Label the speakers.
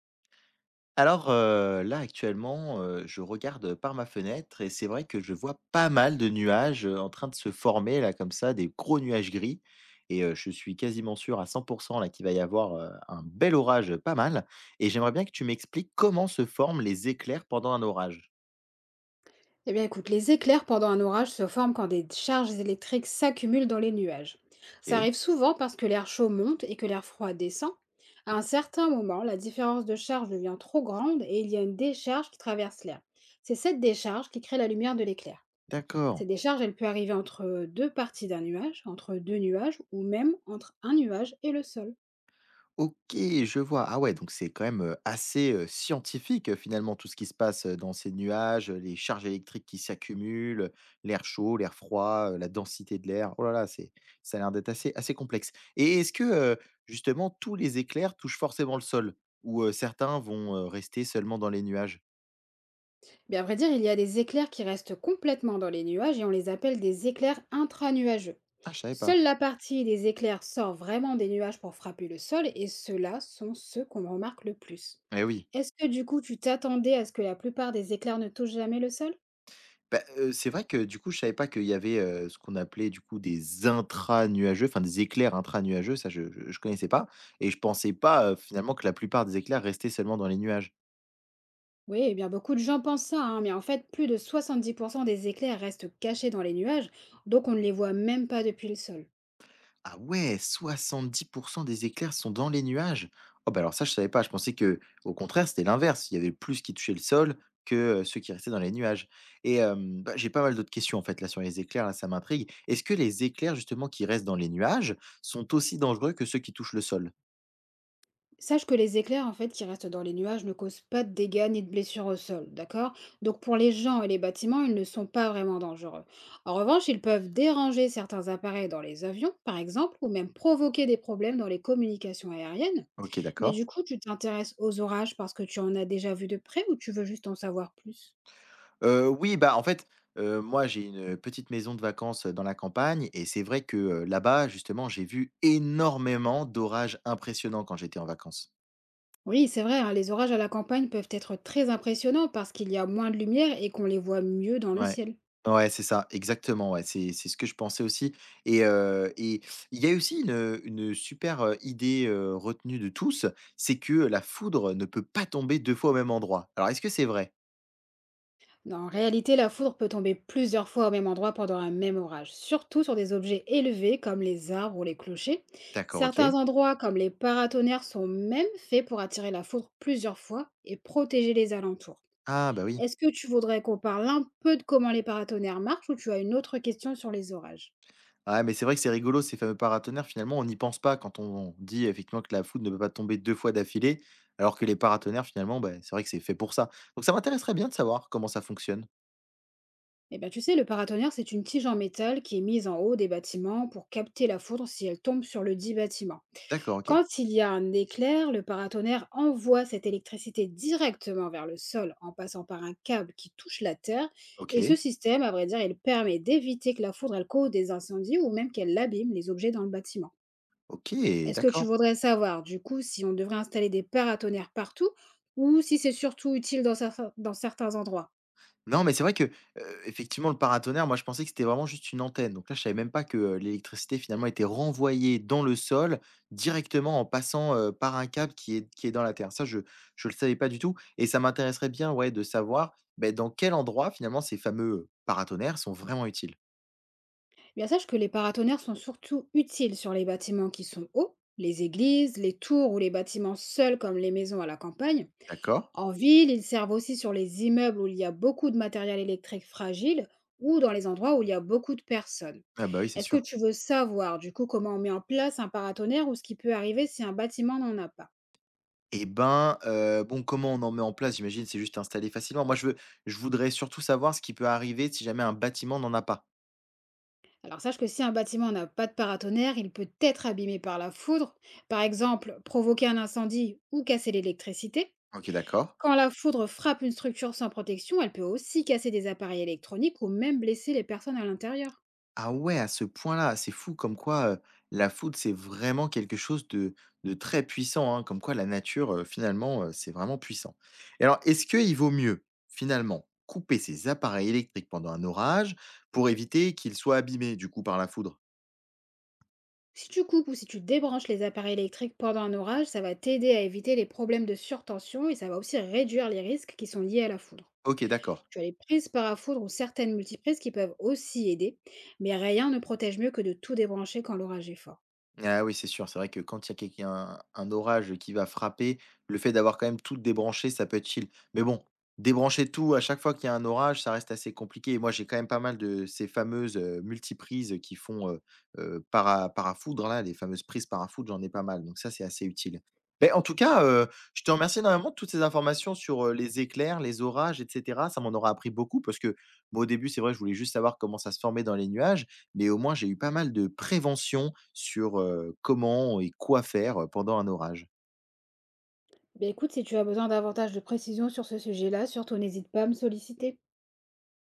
Speaker 1: Là actuellement, je regarde par ma fenêtre et c'est vrai que je vois pas mal de nuages, en train de se former là comme ça, des gros nuages gris et je suis quasiment sûr à 100% là qu'il va y avoir, un bel orage, pas mal. Et j'aimerais bien que tu m'expliques comment se forment les éclairs pendant un orage?
Speaker 2: Eh bien, écoute, les éclairs pendant un orage se forment quand des charges électriques s'accumulent dans les nuages. Ça
Speaker 1: OK,
Speaker 2: arrive souvent parce que l'air chaud monte et que l'air froid descend. À un certain moment, la différence de charge devient trop grande et il y a une décharge qui traverse l'air. C'est cette décharge qui crée la lumière de l'éclair.
Speaker 1: d'accord.
Speaker 2: Cette décharge, elle peut arriver entre deux parties d'un nuage, entre deux nuages ou même entre un nuage et le sol.
Speaker 1: OK, je vois. Ah ouais, donc c'est quand même, assez, scientifique, finalement, tout ce qui se passe, dans ces nuages, les charges électriques qui s'accumulent, l'air chaud, l'air froid, la densité de l'air. Oh là là, c'est ça a l'air d'être assez assez complexe. Et est-ce que, justement, tous les éclairs touchent forcément le sol? Ou, certains vont, rester seulement dans les nuages?
Speaker 2: Bien, à vrai dire, il y a des éclairs qui restent complètement dans les nuages et on les appelle des éclairs intranuageux.
Speaker 1: Ah, je savais pas.
Speaker 2: Seule la partie des éclairs sort vraiment des nuages pour frapper le sol, et ceux-là sont ceux qu'on remarque le plus.
Speaker 1: Eh oui.
Speaker 2: Est-ce que du coup tu t'attendais à ce que la plupart des éclairs ne touchent jamais le sol?
Speaker 1: Bah, c'est vrai que du coup, je savais pas qu'il y avait, ce qu'on appelait du coup des intra-nuageux, enfin des éclairs intra-nuageux, ça je connaissais pas et je pensais pas, finalement, que la plupart des éclairs restaient seulement dans les nuages.
Speaker 2: Oui, eh bien beaucoup de gens pensent ça, hein, mais en fait plus de 70% des éclairs restent cachés dans les nuages, donc on ne les voit même pas depuis le sol.
Speaker 1: Ah ouais, 70% des éclairs sont dans les nuages? Oh bah, alors ça je savais pas, je pensais que au contraire c'était l'inverse, il y avait plus qui touchaient le sol que, ceux qui restaient dans les nuages et bah, j'ai pas mal d'autres questions en fait là sur les éclairs, là ça m'intrigue. Est-ce que les éclairs justement qui restent dans les nuages sont aussi dangereux que ceux qui touchent le sol?
Speaker 2: Sache que les éclairs, en fait, qui restent dans les nuages ne causent pas de dégâts ni de blessures au sol, d'accord. Donc pour les gens et les bâtiments, ils ne sont pas vraiment dangereux. En revanche, ils peuvent déranger certains appareils dans les avions, par exemple, ou même provoquer des problèmes dans les communications aériennes.
Speaker 1: OK,
Speaker 2: Mais
Speaker 1: d'accord.
Speaker 2: du coup, tu t'intéresses aux orages parce que tu en as déjà vu de près, ou tu veux juste en savoir plus?
Speaker 1: Oui, bah, en fait, moi, j'ai une petite maison de vacances dans la campagne et c'est vrai que, là-bas, justement, j'ai vu énormément d'orages impressionnants quand j'étais en vacances.
Speaker 2: Oui, c'est vrai, hein, les orages à la campagne peuvent être très impressionnants parce qu'il y a moins de lumière et qu'on les voit mieux dans le
Speaker 1: Ouais.
Speaker 2: ciel.
Speaker 1: Ouais, c'est ça, exactement, ouais, c'est ce que je pensais aussi et il y a aussi une super, idée, retenue de tous, c'est que la foudre ne peut pas tomber 2 fois au même endroit. Alors est-ce que c'est vrai?
Speaker 2: Non. En réalité, la foudre peut tomber plusieurs fois au même endroit pendant un même orage, surtout sur des objets élevés comme les arbres ou les clochers.
Speaker 1: D'accord, OK.
Speaker 2: Certains endroits comme les paratonnerres sont même faits pour attirer la foudre plusieurs fois et protéger les alentours.
Speaker 1: Ah, bah, oui.
Speaker 2: Est-ce que tu voudrais qu'on parle un peu de comment les paratonnerres marchent, ou tu as une autre question sur les orages?
Speaker 1: Ah mais c'est vrai que c'est rigolo ces fameux paratonnerres, finalement, on n'y pense pas quand on dit effectivement que la foudre ne peut pas tomber 2 fois d'affilée, alors que les paratonnerres finalement, bah, c'est vrai que c'est fait pour ça. Donc ça m'intéresserait bien de savoir comment ça fonctionne.
Speaker 2: Eh bien tu sais, le paratonnerre, c'est une tige en métal qui est mise en haut des bâtiments pour capter la foudre si elle tombe sur le dit bâtiment.
Speaker 1: D'accord, OK.
Speaker 2: Quand il y a un éclair, le paratonnerre envoie cette électricité directement vers le sol en passant par un câble qui touche la terre. Et ce
Speaker 1: OK,
Speaker 2: système, à vrai dire, il permet d'éviter que la foudre elle cause des incendies ou même qu'elle abîme les objets dans le bâtiment.
Speaker 1: OK,
Speaker 2: Est-ce que tu
Speaker 1: d'accord.
Speaker 2: voudrais savoir, du coup, si on devrait installer des paratonnerres partout, ou si c'est surtout utile dans certains endroits?
Speaker 1: Non, mais c'est vrai que, effectivement, le paratonnerre, moi, je pensais que c'était vraiment juste une antenne. Donc là, je savais même pas que, l'électricité, finalement, était renvoyée dans le sol directement en passant, par un câble qui est dans la terre. Ça, je le savais pas du tout et ça m'intéresserait bien, ouais, de savoir, ben, dans quel endroit, finalement, ces fameux, paratonnerres sont vraiment utiles.
Speaker 2: Eh bien, sache que les paratonnerres sont surtout utiles sur les bâtiments qui sont hauts, les églises, les tours ou les bâtiments seuls comme les maisons à la campagne.
Speaker 1: D'accord.
Speaker 2: En ville, ils servent aussi sur les immeubles où il y a beaucoup de matériel électrique fragile, ou dans les endroits où il y a beaucoup de personnes.
Speaker 1: Ah bah, oui, c'est
Speaker 2: Est-ce que
Speaker 1: sûr.
Speaker 2: tu veux savoir du coup comment on met en place un paratonnerre, ou ce qui peut arriver si un bâtiment n'en a pas?
Speaker 1: Eh ben, bon, comment on en met en place? J'imagine, c'est juste installé facilement. Moi, je veux Je voudrais surtout savoir ce qui peut arriver si jamais un bâtiment n'en a pas.
Speaker 2: Alors sache que si un bâtiment n'a pas de paratonnerre, il peut être abîmé par la foudre, par exemple provoquer un incendie ou casser l'électricité.
Speaker 1: OK, d'accord.
Speaker 2: Quand la foudre frappe une structure sans protection, elle peut aussi casser des appareils électroniques ou même blesser les personnes à l'intérieur.
Speaker 1: Ah ouais, à ce point-là, c'est fou comme quoi, la foudre c'est vraiment quelque chose de très puissant, hein, comme quoi la nature, finalement, c'est vraiment puissant. Et alors, est-ce qu'il vaut mieux, finalement, couper ses appareils électriques pendant un orage pour éviter qu'ils soient abîmés, du coup, par la foudre?
Speaker 2: Si tu coupes ou si tu débranches les appareils électriques pendant un orage, ça va t'aider à éviter les problèmes de surtension et ça va aussi réduire les risques qui sont liés à la foudre.
Speaker 1: OK, d'accord.
Speaker 2: Tu as les prises parafoudres ou certaines multiprises qui peuvent aussi aider, mais rien ne protège mieux que de tout débrancher quand l'orage est fort.
Speaker 1: Ah oui, c'est sûr, c'est vrai que quand il y a quelqu'un un orage qui va frapper, le fait d'avoir quand même tout débranché, ça peut être chill. Mais bon, débrancher tout à chaque fois qu'il y a un orage, ça reste assez compliqué. Et moi, j'ai quand même pas mal de ces fameuses multiprises qui font parafoudre, là, les fameuses prises parafoudre, j'en ai pas mal. Donc ça, c'est assez utile. Mais en tout cas, je te remercie énormément de toutes ces informations sur les éclairs, les orages, etc. Ça m'en aura appris beaucoup parce que moi, au début, c'est vrai, je voulais juste savoir comment ça se formait dans les nuages, mais au moins j'ai eu pas mal de prévention sur, comment et quoi faire pendant un orage.
Speaker 2: Beh, écoute, si tu as besoin davantage de précisions sur ce sujet-là, surtout n'hésite pas à me solliciter.